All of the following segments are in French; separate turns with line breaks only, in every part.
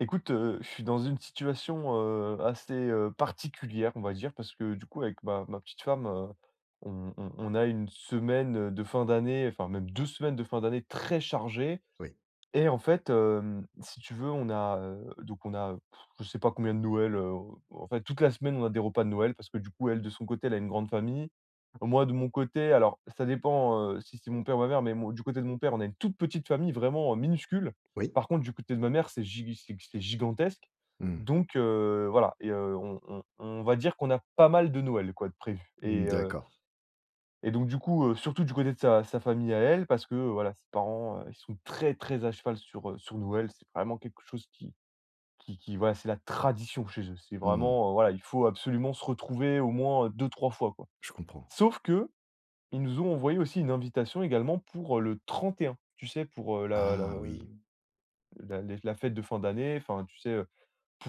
Écoute, je suis dans une situation, assez, particulière, on va dire, parce que du coup, avec ma petite femme, on a une semaine, de fin d'année, enfin même 2 semaines de fin d'année très chargées.
Oui.
Et en fait, si tu veux, on a, donc on a, je sais pas combien de Noël, en fait, toute la semaine, on a des repas de Noël parce que du coup, elle, de son côté, elle a une grande famille. Moi, de mon côté, alors ça dépend, si c'est mon père ou ma mère, mais mon du côté de mon père, on a une toute petite famille, vraiment, minuscule.
Oui.
Par contre, du côté de ma mère, c'est gi c'est gigantesque.
Mmh.
Donc voilà. Et on va dire qu'on a pas mal de Noël, quoi, de prévu.
Mmh, d'accord.
Et donc du coup, surtout du côté de sa famille à elle, parce que, voilà, ses parents, ils sont très, très à cheval sur, sur Noël. C'est vraiment quelque chose qui voilà, c'est la tradition chez eux. C'est
Mmh.
vraiment, voilà, il faut absolument se retrouver au moins, 2-3 fois, quoi.
Je comprends.
Sauf que ils nous ont envoyé aussi une invitation également pour, le 31, tu sais, pour, la la
Ah oui,
la les la fête de fin d'année, enfin, tu sais,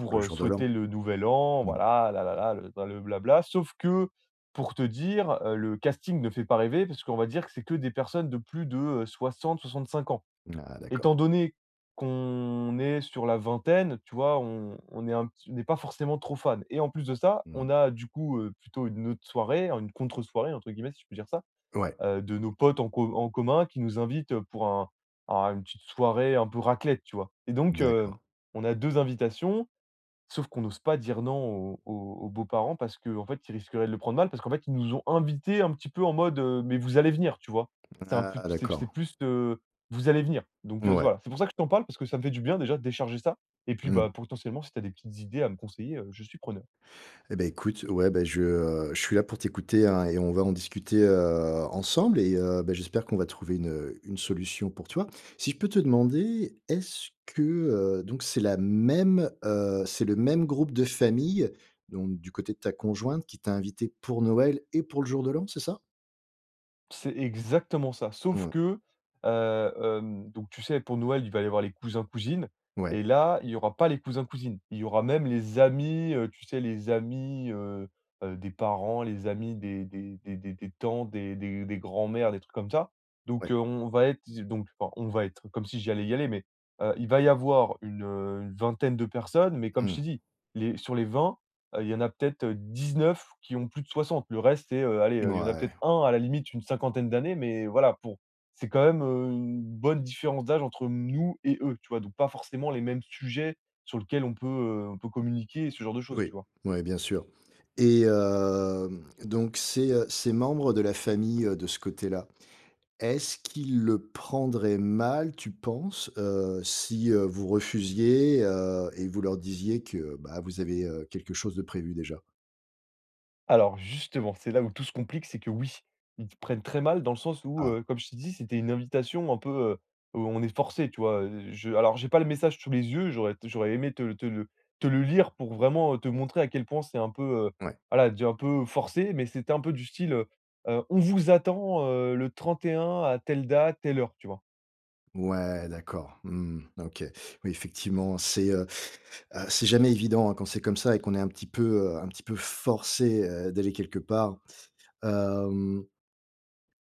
pour le jour de l'an?
souhaiter le nouvel an,
Mmh.
voilà, là là là le blabla. Sauf que, pour te dire, le casting ne fait pas rêver parce qu'on va dire que c'est que des personnes de plus de, 60-65 ans.
Ah
Étant
d'accord.
donné qu'on est sur la vingtaine, tu vois, on est un petit on n'est pas forcément trop fan et en plus de ça,
Mmh.
on a du coup, plutôt une autre soirée, hein, une «contre-soirée» entre guillemets, si je peux dire ça,
Ouais.
de nos potes en commun qui nous invitent, pour un une petite soirée un peu raclette, tu vois? Et donc,
D'accord.
on a 2 invitations. Sauf qu'on n'ose pas dire non aux beaux-parents parce qu'en fait, ils risqueraient de le prendre mal, parce qu'en fait, ils nous ont invités un petit peu en mode, «Mais vous allez venir», tu vois? C'est un peu
Ah d'accord.
c'est plus, «Vous allez venir», donc
Ouais.
voilà. C'est pour ça que je t'en parle parce que ça me fait du bien déjà de décharger ça et puis,
Mmh.
bah, potentiellement, si tu as des petites idées à me conseiller, je suis preneur.
Et ben écoute, ouais, ben je je suis là pour t'écouter, hein, et on va en discuter, ensemble et bah, j'espère qu'on va trouver une solution pour toi. Si je peux te demander, est-ce que, donc c'est la même, c'est le même groupe de famille, donc du côté de ta conjointe qui t'a invité pour Noël et pour le jour de l'an, c'est ça?
C'est exactement ça. Sauf
Ouais.
que, donc tu sais, pour Noël, il va y avoir les cousins-cousines
Ouais,
et là, il y aura pas les cousins-cousines. Il y aura même les amis, tu sais, les amis, des parents, les amis des tantes, des grands-mères, des trucs comme ça.
ouais,
Donc, on va être enfin, on va être comme si j'allais y aller, mais, il va y avoir une vingtaine de personnes, mais comme je
mmh,
t'ai dit, les sur les 20. Il y en a peut-être, 19 qui ont plus de 60. Le reste, c'est, allez, il y en a
ouais,
peut-être un à la limite une cinquantaine d'années, mais voilà, pour c'est quand même, une bonne différence d'âge entre nous et eux, tu vois? Donc pas forcément les mêmes sujets sur lesquels on peut communiquer et ce genre de choses,
oui,
tu vois?
ouais, bien sûr et donc ces, ces membres de la famille, de ce côté-là, est-ce qu'ils le prendraient mal, tu penses, si, vous refusiez, et vous leur disiez que, bah, vous avez, quelque chose de prévu déjà?
Alors justement, c'est là où tout se complique, c'est que oui, ils te prennent très mal dans le sens où,
Ah,
comme je t'ai dit, c'était une invitation un peu, où on est forcé, tu vois? Je Alors j'ai pas le message sous les yeux, j'aurais aimé te le te le lire pour vraiment, te montrer à quel point c'est un peu, heu,
ouais,
voilà, déjà un peu forcé, mais c'était un peu du style, «On vous attend, le 31 à telle date, telle heure», tu vois?
ouais, d'accord, mmh, OK. Oui, effectivement, c'est, c'est jamais évident, hein, quand c'est comme ça et qu'on est un petit peu, un petit peu forcé, d'aller quelque part. Hem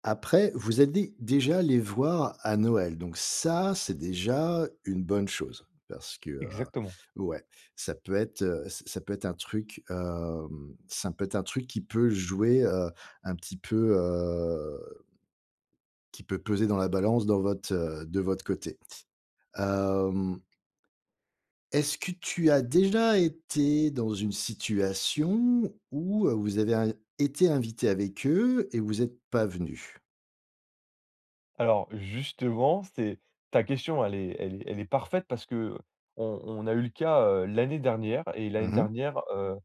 Après, vous allez déjà les voir à Noël, donc ça, c'est déjà une bonne chose parce que,
Exactement.
ouais, ça peut être, ç ça peut être un truc, ça peut être un truc qui peut jouer, un petit peu, qui peut peser dans la balance dans votre, de votre côté. Hem, est-ce que tu as déjà été dans une situation où, vous avez in été invité avec eux et vous êtes pas venu.
Alors justement, c'est ta question, elle est parfaite parce que on a eu le cas, l'année dernière et l'année
Mmh.
dernière,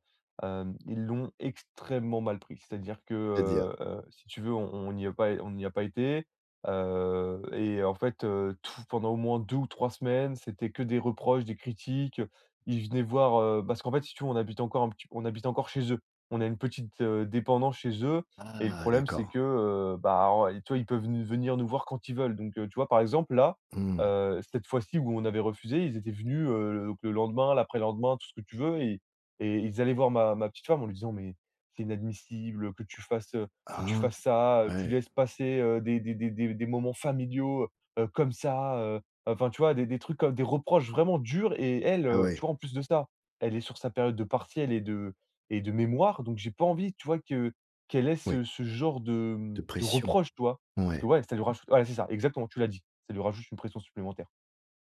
ils l'ont extrêmement mal pris. C'est-à-dire que,
C'est-à-dire?
si tu veux, on n'y a pas on n'y a pas été, et en fait, tout pendant au moins 2 ou 3 semaines, c'était que des reproches, des critiques, ils venaient voir, parce qu'en fait, si tu veux, on habite encore chez eux. On a une petite, dépendance chez eux et le
Ah
problème, c'est
d'accord.
que, bah, en tu vois, ils peuvent n venir nous voir quand ils veulent. Donc, tu vois, par exemple, là,
Mmh.
cette fois-ci où on avait refusé, ils étaient venus, donc le lendemain, l'après-lendemain, tout ce que tu veux et ils allaient voir ma petite femme en lui disant: «Mais c'est inadmissible que tu fasses, heu, que tu
Ah
fasses ça, tu
ouais.
laisses passer, des moments familiaux, comme ça,» Enfin, tu vois, des trucs comme des reproches vraiment durs et elle,
Ah
tu
ouais.
vois, en plus de ça, elle est sur sa période de partiels et de mémoire, donc j'ai pas envie, tu vois, que quel est
Oui,
ce ce genre de,
de
de
pression.
reproche, tu vois? Parce que
Ouais.
ouais, ça lui rajoute voilà, c'est ça, exactement, tu l'as dit. Ça lui rajoute une pression supplémentaire.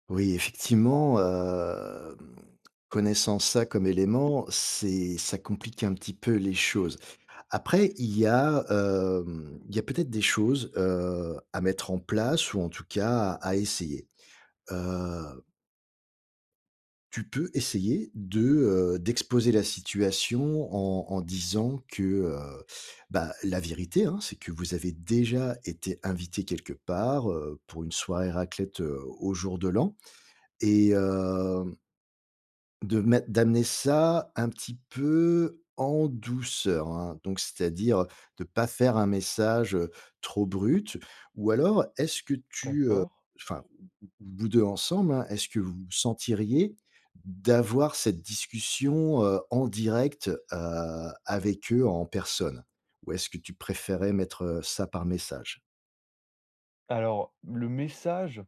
Oui, effectivement, connaissant ça comme élément, c'est ça complique un petit peu les choses. Après, il y a, il y a peut-être des choses, à mettre en place ou en tout cas à essayer. Heu Tu peux essayer de, d'exposer la situation en disant que, bah, la vérité, hein, c'est que vous avez déjà été invité quelque part, pour une soirée raclette, au jour de l'an et de mettre d'amener ça un petit peu en douceur, hein. Donc c'est-à-dire de pas faire un message, trop brut ou alors est-ce que tu,
D'accord.
enfin vous 2 ensemble, hein, est-ce que vous sentiriez d'avoir cette discussion, en direct, avec eux en personne? Ou est-ce que tu préférais mettre, ça par message?
Alors, le message,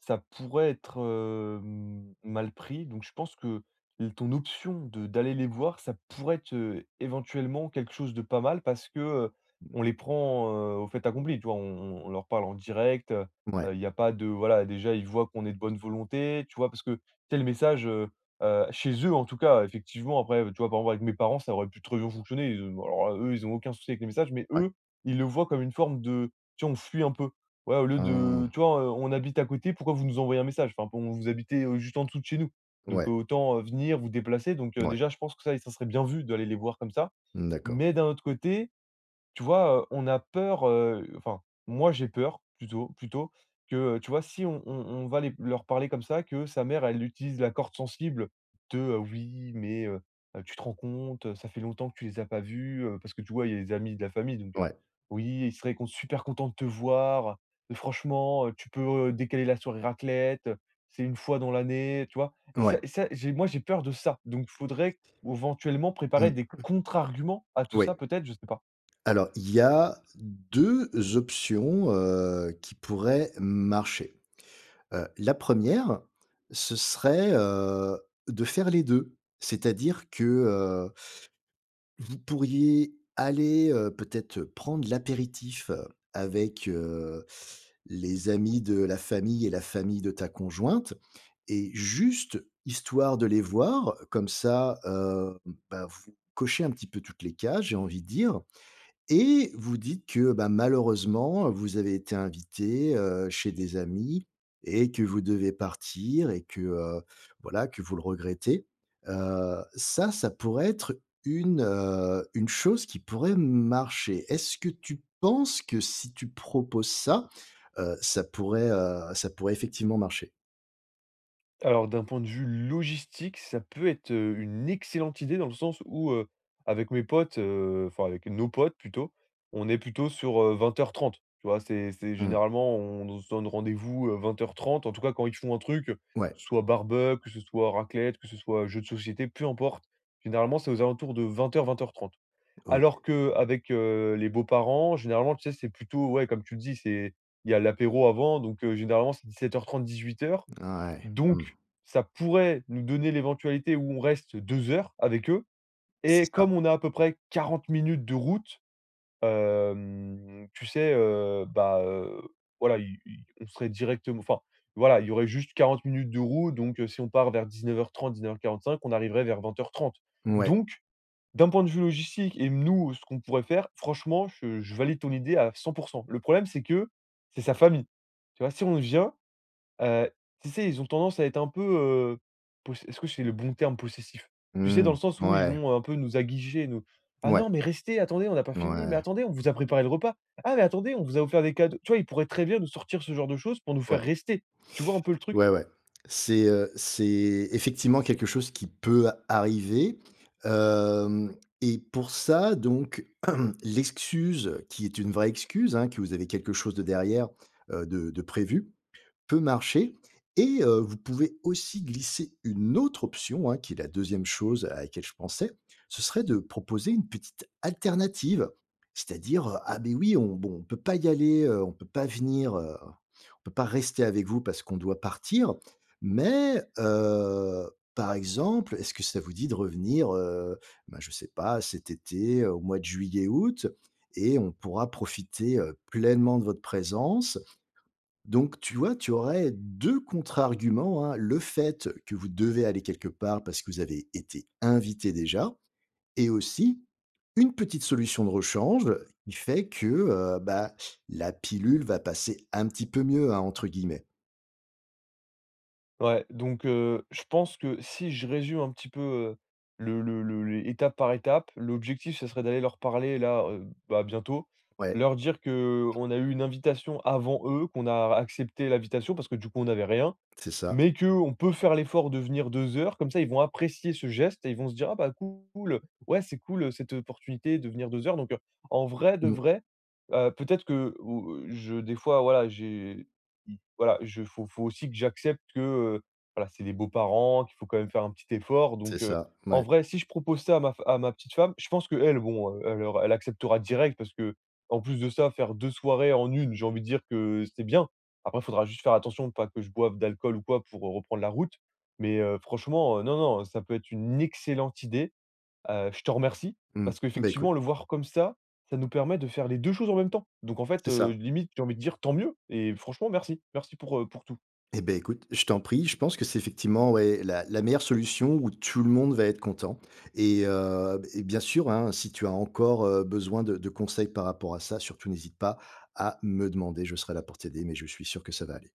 ça pourrait être, mal pris, donc je pense que l ton option de d'aller les voir, ça pourrait être, éventuellement quelque chose de pas mal parce que,
Mmh.
on les prend, au fait accompli, tu vois? On leur parle en direct,
Ouais,
il y a pas de voilà, déjà, ils voient qu'on est de bonne volonté, tu vois? Parce que, tel message, chez eux, en tout cas, effectivement, après, tu vois, par exemple, avec mes parents, ça aurait pu très bien fonctionner, ils, alors là, eux, ils ont aucun souci avec les messages, mais
ouais.
eux, ils le voient comme une forme de tu vois on fuit un peu. Ouais, au lieu
Mmh.
de tu vois, on habite à côté, pourquoi vous nous envoyez un message? Enfin, bon, vous habitez, juste en dessous de chez nous, donc
Ouais,
autant, venir vous déplacer, donc
ouais.
déjà je pense que ça serait bien vu d'aller les voir comme ça.
Mmh, d'accord.
Mais d'un autre côté, tu vois, on a peur, enfin, moi j'ai peur plutôt que, tu vois, si on va les leur parler comme ça, que sa mère, elle utilise la corde sensible de, «Oui, mais tu te rends compte, ça fait longtemps que tu les as pas vus», parce que tu vois, il y a les amis de la famille, donc
Ouais,
«Oui, ils seraient con super contents de te voir, franchement, tu peux, décaler la soirée raclette, c'est une fois dans l'année», tu vois?
ouais.
Et ça, j'ai moi j'ai peur de ça, donc il faudrait éventuellement préparer
Mmh,
des contre-arguments à tout
oui.
ça peut-être? Je sais pas.
Alors, il y a 2 options, qui pourraient marcher. La première, ce serait, de faire les deux. C'est-à-dire que vous pourriez aller, peut-être, prendre l'apéritif, avec, les amis de la famille et la famille de ta conjointe et juste histoire de les voir, comme ça, bah, vous cochez un petit peu toutes les cases, j'ai envie de dire, et vous dites que, bah, malheureusement, vous avez été invité, chez des amis et que vous devez partir et que, voilà, que vous le regrettez. Ça, ça pourrait être une chose qui pourrait marcher. Est-ce que tu penses que si tu proposes ça, ça pourrait effectivement marcher?
Alors d'un point de vue logistique, ça peut être, une excellente idée dans le sens où, avec mes potes, enfin avec nos potes plutôt, on est plutôt sur, 20h30, tu vois? C'est
Mmh.
généralement on se donne rendez-vous, 20h30, en tout cas quand ils font un truc, que
Ouais,
ce soit barbecue, que ce soit raclette, que ce soit jeu de société, peu importe. Généralement, c'est aux alentours de 20h30.
OK.
Alors qu'avec, les beaux-parents, généralement, tu sais, c'est plutôt ouais, comme tu le dis, c'est il y a l'apéro avant donc, généralement c'est 7h30 18h.
Ouais.
Donc,
Mmh.
ça pourrait nous donner l'éventualité où on reste 2 heures avec eux
C'est
et
ça.
comme on a à peu près 40 minutes de route, tu sais, bah, voilà, i i on serait directement enfin, voilà, il y aurait juste 40 minutes de route donc, si on part vers dix-neuf heures trente, 19h45, on arriverait vers 20h30.
Ouais.
Donc, d'un point de vue logistique et nous, ce qu'on pourrait faire, franchement, je valide ton idée à 100%. Le problème, c'est que c'est sa famille. Tu vois? Si on vient. Heu, tu sais, ils ont tendance à être un peu, poss est-ce que c'est le bon terme possessif? Tu sais, dans
Mmh.
le sens où ils
Ouais.
vont un peu nous aguicher, nous: «Ah
Ouais.
non, mais restez, attendez, on n'a pas fini, mais
Ouais.
attendez, on vous a préparé le repas. Ah mais attendez, on vous a offert des cadeaux». Tu vois, ils pourraient très bien nous sortir ce genre de choses pour nous
Ouais.
faire
Ouais.
rester. Tu vois un peu le truc?
Ouais, ouais. C'est effectivement quelque chose qui peut arriver, hem et pour ça donc l'excuse qui est une vraie excuse, hein, que vous avez quelque chose de derrière, de prévu. Peut marcher. Et vous pouvez aussi glisser une autre option, hein, qui est la deuxième chose à laquelle je pensais, ce serait de proposer une petite alternative. C'est-à-dire, «Ah ben oui, on bon, on peut pas y aller, on peut pas venir, on peut pas rester avec vous parce qu'on doit partir, mais par exemple, est-ce que ça vous dit de revenir, ben, je sais pas, cet été, au mois de juillet-août et on pourra profiter, pleinement de votre présence.» Donc, tu vois, tu aurais 2 contre-arguments, hein. Le fait que vous devez aller quelque part parce que vous avez été invité déjà et aussi une petite solution de rechange qui fait que, bah, la pilule va passer «un petit peu mieux», hein, entre guillemets.
Ouais, donc je pense que si je résume un petit peu, le les étape par étape, l'objectif, ce serait d'aller leur parler là, bah, bientôt.
Ouais,
Leur dire que on a eu une invitation avant eux, qu'on a accepté l'invitation parce que du coup on n'avait rien.
c'est ça.
Mais que on peut faire l'effort de venir 2 heures, comme ça ils vont apprécier ce geste et ils vont se dire: «Ah bah cool, ouais c'est cool, cette opportunité de venir 2 heures», donc en vrai de
Mmh,
vrai, peut-être que ou je des fois voilà, j'ai i voilà, je faut aussi que j'accepte que, voilà, c'est des beaux-parents, qu'il faut quand même faire un petit effort
c'est
donc
ça,
en
ouais.
vrai, si je propose ça à ma f à ma petite femme, je pense que elle bon, elle acceptera direct parce que en plus de ça, faire 2 soirées en une j'ai envie de dire que c'était bien. Après, il faudra juste faire attention, pas que je boive d'alcool ou quoi pour, reprendre la route. Mais, franchement, non, non, ça peut être une excellente idée. Je te remercie
Mmh,
parce
bah,
qu'effectivement,
écoute,
le voir comme ça nous permet de faire les 2 choses en même temps. Donc en fait,
c'est ça.
limite, j'ai envie de dire tant mieux et franchement merci. Merci pour tout.
Eh ben écoute, je t'en prie, je pense que c'est effectivement, ouais, la meilleure solution où tout le monde va être content et bien sûr, hein, si tu as encore, besoin de conseils par rapport à ça, surtout n'hésite pas à me demander, je serai là pour t'aider, mais je suis sûr que ça va aller.